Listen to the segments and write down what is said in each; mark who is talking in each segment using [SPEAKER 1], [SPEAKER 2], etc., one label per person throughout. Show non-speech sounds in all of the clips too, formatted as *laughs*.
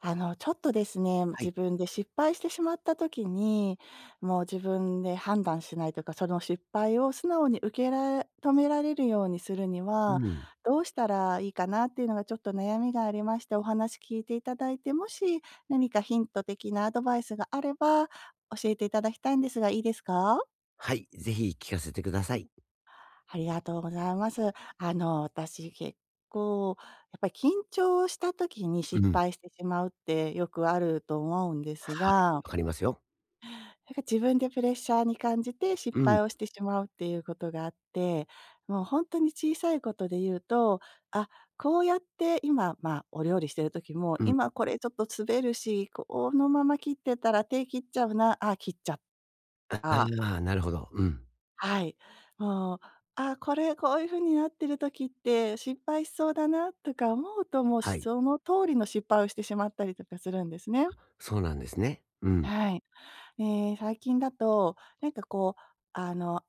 [SPEAKER 1] ちょっとですね、
[SPEAKER 2] は
[SPEAKER 1] 自
[SPEAKER 2] い。
[SPEAKER 1] 分で失敗してしまった時に、もう自分で判断しないというか、その失敗を素直に受けら止められるようにするに
[SPEAKER 2] う
[SPEAKER 1] は、
[SPEAKER 2] ん。
[SPEAKER 1] どうしたらいいかなっていうのがちょっと悩みがありまして、お話聞いていただいて、もし何かヒント的なアドバイスがあれば、教えていただきたいんですが、いいですか？
[SPEAKER 2] はい、ぜひ聞かせてください。
[SPEAKER 1] ありがとうございます。私結構、やっぱり緊張した時に失
[SPEAKER 2] うん。
[SPEAKER 1] 敗してしまうってよくあると思うんです
[SPEAKER 2] はい、
[SPEAKER 1] が、
[SPEAKER 2] わかりますよ。
[SPEAKER 1] なんか自分でプレッシャーに感じて失
[SPEAKER 2] うん、
[SPEAKER 1] 敗をしてしまうっていうことがあって、もう本当に小さいことで言うと、あ、こうやって今、まあ、お料理してる時も、
[SPEAKER 2] うん。
[SPEAKER 1] 今これちょっと滑るし、このまま切ってたら手切っちゃうな、あ、切っちゃった。
[SPEAKER 2] ああ、なるほど。うん。
[SPEAKER 1] はい。もう、あ、これこういう風になってる時って失敗しそうだなとか思うと、もう
[SPEAKER 2] はい。
[SPEAKER 1] その通りの失敗をしてしまったりとかするんですね。
[SPEAKER 2] そうなんですね。うん。
[SPEAKER 1] はい。ええ、最近だと、なんかこう、あの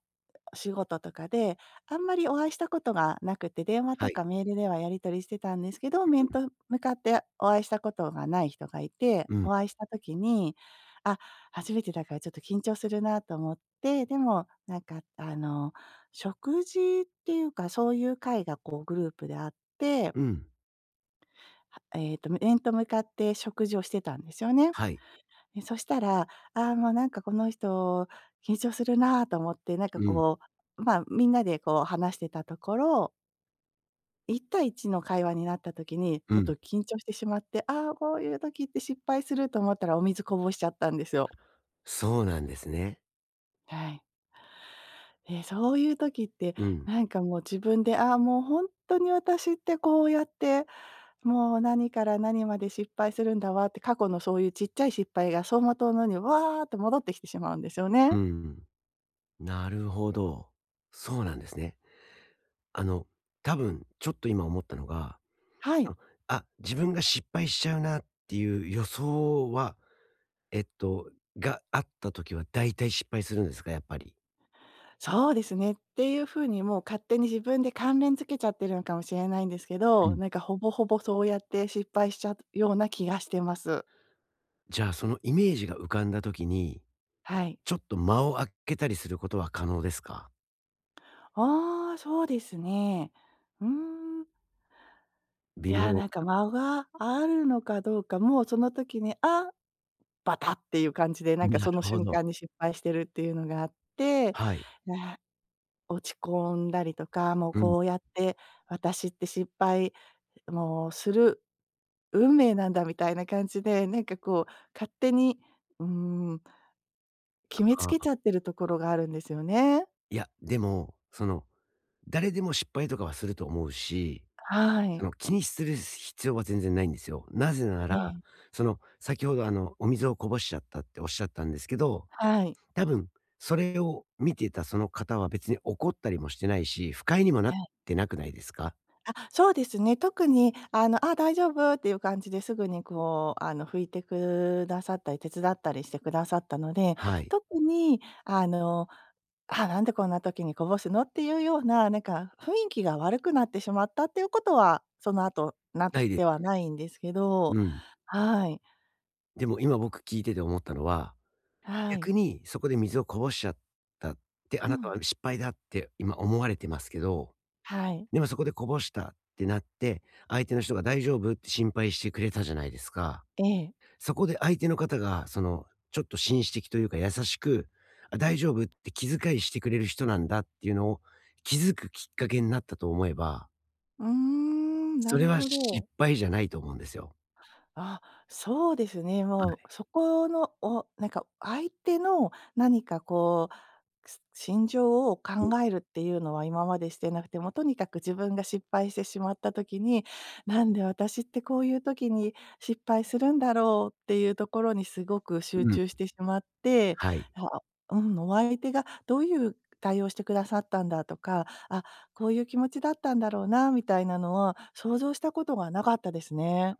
[SPEAKER 1] 仕事とかで、あんまりお会いしたことがなくて、電話
[SPEAKER 2] は
[SPEAKER 1] と
[SPEAKER 2] い。
[SPEAKER 1] かメールではやり取りしてたんですけど、面と向かってお会いしたことがない人がいて、
[SPEAKER 2] うん、うん、
[SPEAKER 1] お会いした時に、あ、初めてだからちょっと緊張するなと思って、でも、なんか食事っていうか、そういう会がこうグループであって、
[SPEAKER 2] うん。
[SPEAKER 1] はえっと面と向かって食事をしてたんですよね。
[SPEAKER 2] はい。
[SPEAKER 1] え、そしたら、ああ、もうなんかこの人緊張するなと思って、なんか
[SPEAKER 2] うん、
[SPEAKER 1] こう、まあ、みんなでこう話してたところ、一対一の会話になった時に、
[SPEAKER 2] う
[SPEAKER 1] ちょっと
[SPEAKER 2] ん。
[SPEAKER 1] 緊張してしまって、ああ、こういう時って失敗すると思ったらお水こぼしちゃったんですよ。
[SPEAKER 2] そうなんですね。
[SPEAKER 1] はい。で、そういう時って、
[SPEAKER 2] うん、
[SPEAKER 1] なんかもう自分で、ああ、もう本当に私ってこうやって、もう何から何まで失敗するんだわって、過去のそういうちっちゃい失敗が走馬灯のようにわーって戻ってきてしまうんですよ
[SPEAKER 2] う
[SPEAKER 1] ね。
[SPEAKER 2] ん。なるほど。そうなんですね。あの、多分ちょっと今思ったのが、
[SPEAKER 1] はい。
[SPEAKER 2] ああ、自分が失敗しちゃうなっていう予想は、えっと、があった時は大体失敗するんですか？やっぱり。
[SPEAKER 1] そうですね。っていう風にもう勝手に自分で関連付けちゃってるのかもしれないんですけ
[SPEAKER 2] う
[SPEAKER 1] ど、
[SPEAKER 2] ん。
[SPEAKER 1] なんかほぼほぼそうやって失敗しちゃうような気がしてます。
[SPEAKER 2] じゃあ、そのイメージが浮かんだ時に、
[SPEAKER 1] はい。
[SPEAKER 2] ちょっと間を空けたりすることは可能ですか？
[SPEAKER 1] ああ、そうですね。うーん。い
[SPEAKER 2] 微
[SPEAKER 1] やー、
[SPEAKER 2] 妙
[SPEAKER 1] なんか間があるのかどうか、もうその時に、あ、バタっていう感じで、
[SPEAKER 2] *laughs*
[SPEAKER 1] なんか
[SPEAKER 2] な
[SPEAKER 1] その
[SPEAKER 2] るほ
[SPEAKER 1] 瞬
[SPEAKER 2] ど。
[SPEAKER 1] 間に失敗してるっていうのがあって、
[SPEAKER 2] はい。
[SPEAKER 1] あ落ち込んだりとか、もう
[SPEAKER 2] うん。
[SPEAKER 1] こうやって私って失敗もうする運命なんだみたいな感じで、なんかこう勝手に、うーん、決めつ
[SPEAKER 2] あ
[SPEAKER 1] けち
[SPEAKER 2] あ。
[SPEAKER 1] ゃってるところがあるんですよね。
[SPEAKER 2] いや、でも、誰でも失敗とかはすると思うし、
[SPEAKER 1] はい。
[SPEAKER 2] 気にする必要は全然ないんですよ。なぜな
[SPEAKER 1] え
[SPEAKER 2] ら、
[SPEAKER 1] え。
[SPEAKER 2] 先ほど、お水をこぼしちゃったっておっしゃったんですけど、
[SPEAKER 1] はい。
[SPEAKER 2] 多分それを見てたその方は別に怒ったりもしてないし、不快にもなっ
[SPEAKER 1] はい。
[SPEAKER 2] てなくないですか？
[SPEAKER 1] あ、そうですね。特に「あ、大丈夫」っていう感じですぐにこう、拭いてくださったり、手伝ったりしてくださったので、
[SPEAKER 2] はい。
[SPEAKER 1] 特に「あ、なんでこんな時にこぼすの」っていうような、なんか雰囲気が悪くなってしまったっていうことは、その後なっ
[SPEAKER 2] ないで
[SPEAKER 1] ては
[SPEAKER 2] す。
[SPEAKER 1] ないんですけど。
[SPEAKER 2] うん。
[SPEAKER 1] はい。
[SPEAKER 2] でも今僕聞いてて思ったのは、
[SPEAKER 1] はい。
[SPEAKER 2] 逆にそこで水をこぼしちゃったって、あ
[SPEAKER 1] う
[SPEAKER 2] なたは
[SPEAKER 1] ん。
[SPEAKER 2] 失敗だって今思われてますけど、
[SPEAKER 1] はい。
[SPEAKER 2] でもそこでこぼしたってなって、相手の人が大丈夫って心配してくれたじゃないですか。
[SPEAKER 1] ええ。
[SPEAKER 2] そこで相手の方が、ちょっと紳士的というか優しく、あ、大丈夫って気遣いしてくれる人なんだっていうのを気づくきっかけになったと思えば、
[SPEAKER 1] うーん、な
[SPEAKER 2] それ
[SPEAKER 1] る
[SPEAKER 2] は
[SPEAKER 1] ほど。
[SPEAKER 2] 失敗じゃないと思うんですよ。
[SPEAKER 1] あ、そうですね、もうそこの、おなんか相手の何かこう心情を考
[SPEAKER 2] うん。
[SPEAKER 1] えるっていうのは今までしてなくて、もうとにかく自分が失敗してしまった時に、なんで私ってこういう時に失敗するんだろうっていうところにすごく集
[SPEAKER 2] うん。
[SPEAKER 1] 中してしまって、
[SPEAKER 2] はい。
[SPEAKER 1] あ、うん、お相手がどういう対応してくださったんだとか、あ、こういう気持ちだったんだろうなみたいなのは想像したことがなかったですね。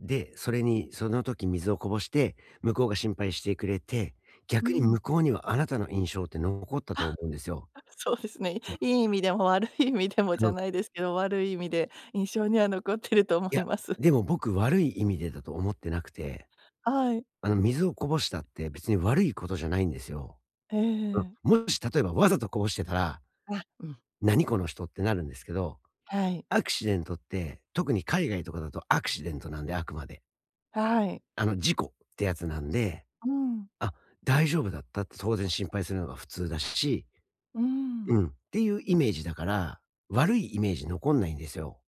[SPEAKER 2] で、それにその時水をこぼして、向こうが心配してくれて、
[SPEAKER 1] う
[SPEAKER 2] 逆に
[SPEAKER 1] ん、
[SPEAKER 2] 向こうにはあなたの印象って残ったと思うんですよ。
[SPEAKER 1] そうですね。
[SPEAKER 2] そう、
[SPEAKER 1] いい意味でも悪い意味でも
[SPEAKER 2] あ
[SPEAKER 1] じゃ
[SPEAKER 2] の、
[SPEAKER 1] ないですけど、悪い意味で印象には残ってると思
[SPEAKER 2] い
[SPEAKER 1] い
[SPEAKER 2] や、
[SPEAKER 1] ます。
[SPEAKER 2] でも僕悪い意味でだと思ってなくて、
[SPEAKER 1] はい。
[SPEAKER 2] 水をこぼしたって別に悪いことじゃないんですよ。
[SPEAKER 1] え
[SPEAKER 2] あ
[SPEAKER 1] え。
[SPEAKER 2] もし例えばわざとこぼしてたら、
[SPEAKER 1] あ、うん。
[SPEAKER 2] 何この人ってなるんですけど、
[SPEAKER 1] はい。
[SPEAKER 2] アクシデントって、特に海外とかだとアクシデントなんで、あくまで。
[SPEAKER 1] はい。
[SPEAKER 2] 事故ってやつなんで、
[SPEAKER 1] うん。
[SPEAKER 2] あ、大丈夫だったって当然心配するのが普通だし、
[SPEAKER 1] う
[SPEAKER 2] う
[SPEAKER 1] ん。
[SPEAKER 2] ん。っていうイメージだから、悪いイメージ残んないんですよ。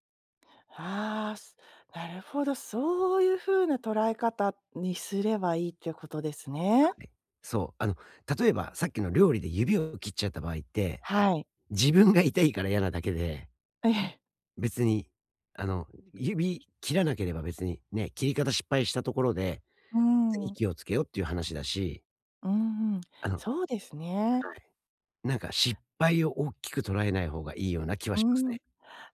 [SPEAKER 1] ああ、すなるほど、そういう風な捉え方にすればいいってことですね。
[SPEAKER 2] はい。そう。例えばさっきの料理で指を切っちゃった場合って、
[SPEAKER 1] はい。
[SPEAKER 2] 自分が痛いから嫌なだけで、
[SPEAKER 1] ええ。
[SPEAKER 2] 別に、指切らなければ別にね、切り方失敗したところで、
[SPEAKER 1] う
[SPEAKER 2] 次
[SPEAKER 1] ん。
[SPEAKER 2] 気をつけようっていう話だし、
[SPEAKER 1] うんうん。
[SPEAKER 2] あの、
[SPEAKER 1] そうですね。
[SPEAKER 2] はい。なんか失敗を大きく捉えない方がいいような気は
[SPEAKER 1] う
[SPEAKER 2] します
[SPEAKER 1] ん。
[SPEAKER 2] ね。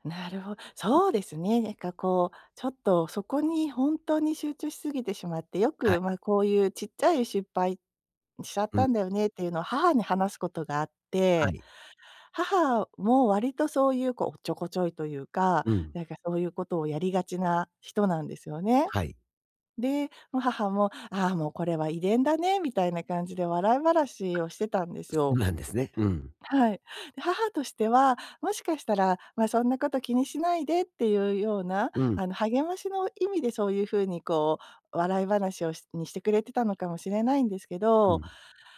[SPEAKER 1] なるほそうですね。なんかこう、ちょっとそこにほんとに集中しすぎてしまって、よ
[SPEAKER 2] はい。
[SPEAKER 1] く、ま、こういうちっちゃい失敗しちゃっ
[SPEAKER 2] うん。
[SPEAKER 1] たんだよねっていうのを母に話すことがあっ
[SPEAKER 2] は
[SPEAKER 1] て、
[SPEAKER 2] い。
[SPEAKER 1] 母も割とそういうこう、おっちょこちょいというか、
[SPEAKER 2] うん。
[SPEAKER 1] なんかそういうことをやりがちな人なんですよね。
[SPEAKER 2] はい。
[SPEAKER 1] で、もう母も、「ああ、もうこれは遺伝だね」みたいな感じで笑い話をしてたんです
[SPEAKER 2] そう
[SPEAKER 1] よ。
[SPEAKER 2] なんですね。うん。
[SPEAKER 1] はい。で、母としては、もしかしたら、まあ、そんなこと気にしないでっていうような、
[SPEAKER 2] うん、
[SPEAKER 1] 励ましの意味でそういうふうにこう、笑い話をしにしてくれてたのかもしれないんですけ
[SPEAKER 2] う
[SPEAKER 1] ど、
[SPEAKER 2] ん。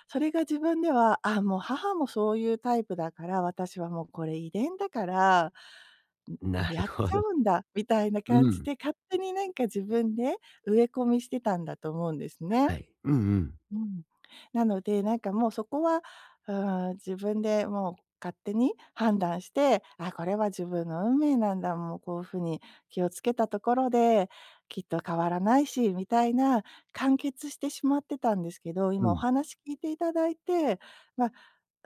[SPEAKER 1] それが自分では、あ、もう母もそういうタイプだから、私はもうこれ遺伝だから、ん、も
[SPEAKER 2] な
[SPEAKER 1] うやっ
[SPEAKER 2] るほ
[SPEAKER 1] ち
[SPEAKER 2] ど。
[SPEAKER 1] ゃうんだみたいな
[SPEAKER 2] う
[SPEAKER 1] 感じ
[SPEAKER 2] ん。
[SPEAKER 1] で、勝手になんか自分で植え込みしてたんだと思うんですね。
[SPEAKER 2] はい。うんうん。
[SPEAKER 1] うん。なので、なんかもうそこは、うーん、自分でもう勝手に判断して、あ、これは自分の運命なんだ、もうこういうふうに気をつけたところで、きっと変わらないし、みたいな、完結してしまってたんですけど、
[SPEAKER 2] う
[SPEAKER 1] 今お
[SPEAKER 2] ん、
[SPEAKER 1] 話聞いていただいて、まあ、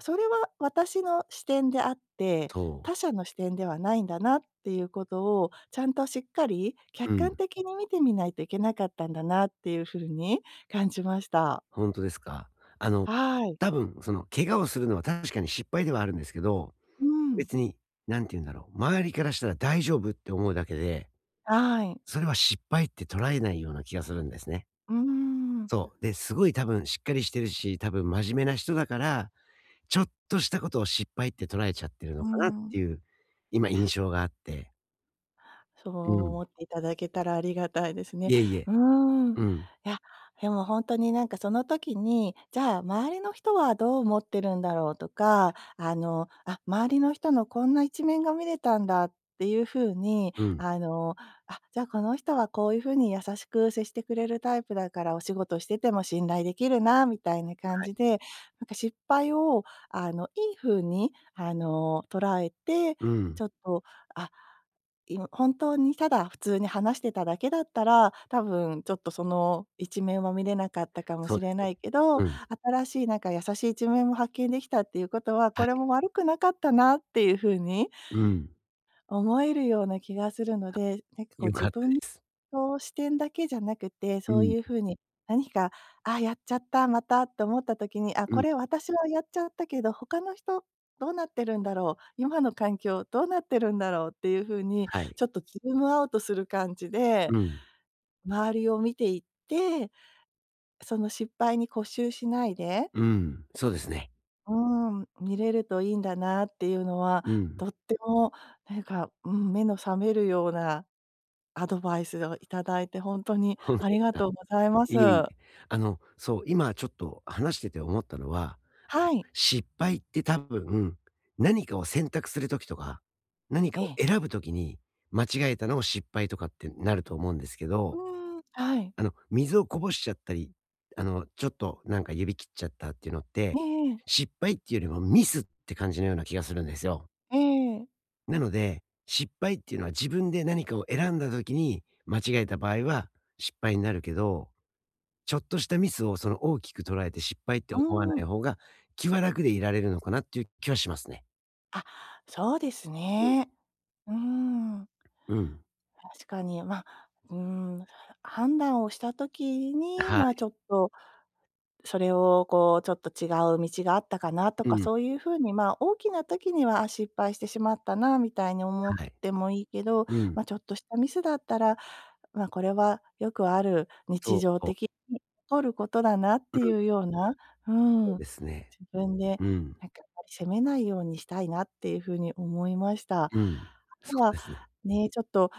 [SPEAKER 1] それは私の視点であって、
[SPEAKER 2] そう。
[SPEAKER 1] 他者の視点ではないんだなっていうことを、ちゃんとしっかり客
[SPEAKER 2] うん、
[SPEAKER 1] 観的に見てみないといけなかったんだなっていうふうに感じました。
[SPEAKER 2] ほんとですか。あの、
[SPEAKER 1] はい。
[SPEAKER 2] 多分その怪我をするのは確かに失敗ではあるんですけど、
[SPEAKER 1] うん。
[SPEAKER 2] 別に何て言うんだろう、周りからしたら大丈夫って思うだけで、
[SPEAKER 1] はい。
[SPEAKER 2] それは失敗って捉えないような気がするんですね。
[SPEAKER 1] うーん。
[SPEAKER 2] そう。で、すごい多分しっかりしてるし、多分真面目な人だから、ちょっとしたことを失敗って捉えちゃってる
[SPEAKER 1] う
[SPEAKER 2] の
[SPEAKER 1] ー
[SPEAKER 2] かなっ
[SPEAKER 1] ん。
[SPEAKER 2] ていう、今印象があって。
[SPEAKER 1] そう
[SPEAKER 2] うん。
[SPEAKER 1] 思っていただけたらありがたいですね。
[SPEAKER 2] いえいえ。
[SPEAKER 1] うーん。
[SPEAKER 2] うん。
[SPEAKER 1] いや、でもほんとになんかその時に、じゃあ周りの人はどう思ってるんだろうとか、あ、周りの人のこんな一面が見れたんだっていう風に、
[SPEAKER 2] うん。
[SPEAKER 1] あ、じゃあこの人はこういう風に優しく接してくれるタイプだから、お仕事してても信頼できるなみたいな感じで、なんか失敗をいい風に捉えて、
[SPEAKER 2] うん。
[SPEAKER 1] ちょっと、あ、本当にただ普通に話してただけだったら、多分ちょっとその一面は見れなかったかも
[SPEAKER 2] そ
[SPEAKER 1] し
[SPEAKER 2] うで
[SPEAKER 1] れ
[SPEAKER 2] す
[SPEAKER 1] な
[SPEAKER 2] ね。
[SPEAKER 1] いけど、
[SPEAKER 2] うん。
[SPEAKER 1] 新しいなんか優しい一面も発見できたっていうことは、
[SPEAKER 2] は
[SPEAKER 1] これ
[SPEAKER 2] い。
[SPEAKER 1] も悪くなかったなっていう風に
[SPEAKER 2] うん。
[SPEAKER 1] 思えるような気がするので、なんかこう
[SPEAKER 2] 良
[SPEAKER 1] 自
[SPEAKER 2] かったで
[SPEAKER 1] 分
[SPEAKER 2] す。
[SPEAKER 1] の視点だけじゃなくて、
[SPEAKER 2] う
[SPEAKER 1] そう
[SPEAKER 2] ん。
[SPEAKER 1] いう風に何か、あ、やっちゃった、またって思った時に、あ、
[SPEAKER 2] う
[SPEAKER 1] こ
[SPEAKER 2] ん、
[SPEAKER 1] れ私はやっちゃったけど、他の人どうなってるんだろう、今の環境どうなってるんだろうっていう風に、
[SPEAKER 2] はい。
[SPEAKER 1] ちょっとズームアウトする感じで、
[SPEAKER 2] うん、
[SPEAKER 1] 周りを見ていって、その失敗に固執しないで、
[SPEAKER 2] うん、そうですね。
[SPEAKER 1] うん、見れるといいんだなっていうのは、
[SPEAKER 2] うん、
[SPEAKER 1] とってもなんか、うん、目の覚めるようなアドバイスをいただいて本
[SPEAKER 2] *laughs*
[SPEAKER 1] 当に
[SPEAKER 2] 本当
[SPEAKER 1] あ
[SPEAKER 2] で
[SPEAKER 1] り
[SPEAKER 2] す
[SPEAKER 1] が
[SPEAKER 2] か。
[SPEAKER 1] とうございます。
[SPEAKER 2] いえいえ。そう、今ちょっと話してて思ったのは、
[SPEAKER 1] はい。
[SPEAKER 2] 失敗って多分、何かを選択する時とか、何
[SPEAKER 1] え
[SPEAKER 2] かを
[SPEAKER 1] え。
[SPEAKER 2] 選ぶ時に、間違えたのを失敗とかってなると思うんですけ
[SPEAKER 1] う
[SPEAKER 2] ど、
[SPEAKER 1] ーん、はい。
[SPEAKER 2] 水をこぼしちゃったり、ちょっとなんか指切っちゃったっていうのっ
[SPEAKER 1] え
[SPEAKER 2] て、
[SPEAKER 1] えええ。
[SPEAKER 2] 失敗っていうよりもミスって感じのような気がするんですよ。
[SPEAKER 1] ええ。
[SPEAKER 2] なので、失敗っていうのは自分で何かを選んだ時に間違えた場合は失敗になるけど、ちょっとしたミスをその大きく捉えて失敗って
[SPEAKER 1] う
[SPEAKER 2] 思わな
[SPEAKER 1] ーん。
[SPEAKER 2] い方が気は楽でいられるのかなっていう気はしますね。
[SPEAKER 1] あ、そうです
[SPEAKER 2] うん。
[SPEAKER 1] ね。うーん。
[SPEAKER 2] うん
[SPEAKER 1] 確かに、ま、うーん、判断をした時に、
[SPEAKER 2] は
[SPEAKER 1] ま、ち
[SPEAKER 2] い。
[SPEAKER 1] ょっとそれをこう、ちょっと違う道があったかなと
[SPEAKER 2] う
[SPEAKER 1] か、
[SPEAKER 2] ん。
[SPEAKER 1] そういう風に、ま、大きな時には、あ、失敗してしまったなみたいに思っ
[SPEAKER 2] はい。
[SPEAKER 1] てもいいけど、
[SPEAKER 2] うん。
[SPEAKER 1] ま、ちょっとしたミスだったらまあ、これはよくある
[SPEAKER 2] そ
[SPEAKER 1] 日
[SPEAKER 2] う
[SPEAKER 1] 常
[SPEAKER 2] そ
[SPEAKER 1] 的
[SPEAKER 2] う。
[SPEAKER 1] に起こることだなって
[SPEAKER 2] うん。
[SPEAKER 1] いうような、うん、
[SPEAKER 2] そう
[SPEAKER 1] 自
[SPEAKER 2] ですね。
[SPEAKER 1] 分で
[SPEAKER 2] うん。
[SPEAKER 1] なんかあまり責めないようにしたいなっていうふうに思いました。あ
[SPEAKER 2] うん。そ
[SPEAKER 1] と
[SPEAKER 2] う
[SPEAKER 1] は、
[SPEAKER 2] ですね。
[SPEAKER 1] ね、ちょっと、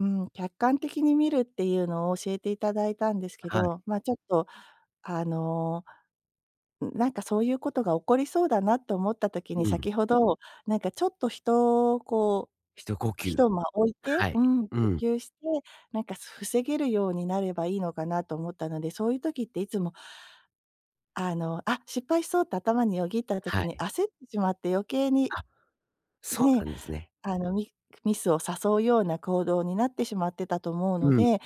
[SPEAKER 1] うん、客観的に見るっていうのを教えていただいたんですけ
[SPEAKER 2] はい。
[SPEAKER 1] ど、まあ、ちょっとあの、なんかそういうことが起こりそうだなと思った時に、
[SPEAKER 2] うん。
[SPEAKER 1] 先ほど、なんかちょっと人をこ
[SPEAKER 2] 一呼
[SPEAKER 1] う
[SPEAKER 2] 吸。
[SPEAKER 1] 一間置いて、
[SPEAKER 2] は
[SPEAKER 1] う
[SPEAKER 2] い。
[SPEAKER 1] ん、呼
[SPEAKER 2] うん。
[SPEAKER 1] 吸して、なんか防げるようになればいいのかなと思ったので、そういう時っていつも、あ、失敗しそうって頭によぎった
[SPEAKER 2] は
[SPEAKER 1] 時に
[SPEAKER 2] い。
[SPEAKER 1] 焦ってしまって余計に
[SPEAKER 2] あ、そう
[SPEAKER 1] ね、
[SPEAKER 2] なんですね。
[SPEAKER 1] あの、ミミスを誘うような行動になってしまってたと思うの
[SPEAKER 2] うん。
[SPEAKER 1] で、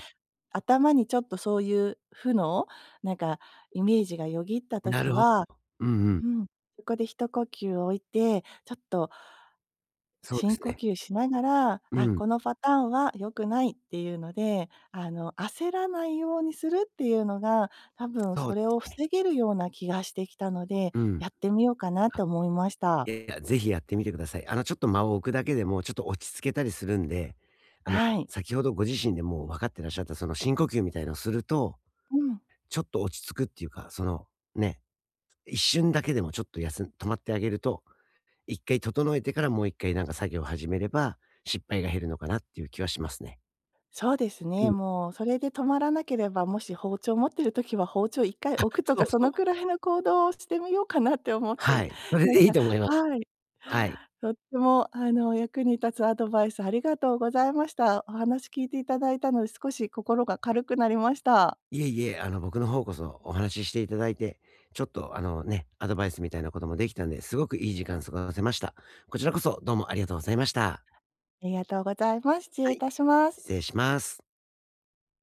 [SPEAKER 1] 頭にちょっとそういう負の、なんかイメージがよぎった
[SPEAKER 2] な
[SPEAKER 1] 時
[SPEAKER 2] るほど。
[SPEAKER 1] は、
[SPEAKER 2] うんうん。
[SPEAKER 1] うん、そこで一呼吸置いて、ちょっと
[SPEAKER 2] そうで
[SPEAKER 1] 深
[SPEAKER 2] す
[SPEAKER 1] 呼
[SPEAKER 2] ね。
[SPEAKER 1] 吸しながら、
[SPEAKER 2] う
[SPEAKER 1] あ、
[SPEAKER 2] ん。
[SPEAKER 1] このパターンは良くないっていうので、焦らないようにするっていうのが、多分
[SPEAKER 2] そ
[SPEAKER 1] そ
[SPEAKER 2] うで
[SPEAKER 1] れを
[SPEAKER 2] すね。
[SPEAKER 1] 防げるような気がしてきたので、
[SPEAKER 2] うん。
[SPEAKER 1] やってみようかなと
[SPEAKER 2] あ、
[SPEAKER 1] 思いました。
[SPEAKER 2] いやいや、ぜひやってみてください。ちょっと間を置くだけでも、ちょっと落ち着けたりするんで、あの、
[SPEAKER 1] はい。
[SPEAKER 2] 先ほどご自身でもう分かってらっしゃった、その深呼吸みたいのをすると、
[SPEAKER 1] うん。
[SPEAKER 2] ちょっと落ち着くっていうか、その、ね、一瞬だけでもちょっと休ん止まってあげると、一回整えてからもう一回なんか作業を始めれば、失敗が減るのかなっていう気はしますね。
[SPEAKER 1] そうです
[SPEAKER 2] う
[SPEAKER 1] ね、
[SPEAKER 2] ん。
[SPEAKER 1] もうそれで止まらなければ、もし包丁持ってる時は包丁1回
[SPEAKER 2] あ、
[SPEAKER 1] 置くと
[SPEAKER 2] そ
[SPEAKER 1] か、
[SPEAKER 2] う
[SPEAKER 1] そ
[SPEAKER 2] そ
[SPEAKER 1] の
[SPEAKER 2] う。
[SPEAKER 1] くらいの行動をしてみようかなって思って、
[SPEAKER 2] はい。そ
[SPEAKER 1] *laughs*
[SPEAKER 2] れ
[SPEAKER 1] なん
[SPEAKER 2] でいい
[SPEAKER 1] か
[SPEAKER 2] と思います。
[SPEAKER 1] はい。
[SPEAKER 2] はい。
[SPEAKER 1] とっても役に立つアドバイスありがとうございました。お話聞いていただいたので、少し心が軽くなりました。
[SPEAKER 2] いえいえ、僕の方こそお話ししていただいて、ちょっとあのね、アドバイスみたいなこともできたんで、すごくいい時間過ごせました。こちらこそどうもありがとうございました。
[SPEAKER 1] ありがとうございます。失礼
[SPEAKER 2] は
[SPEAKER 1] い
[SPEAKER 2] い、
[SPEAKER 1] たします。
[SPEAKER 2] 失礼します。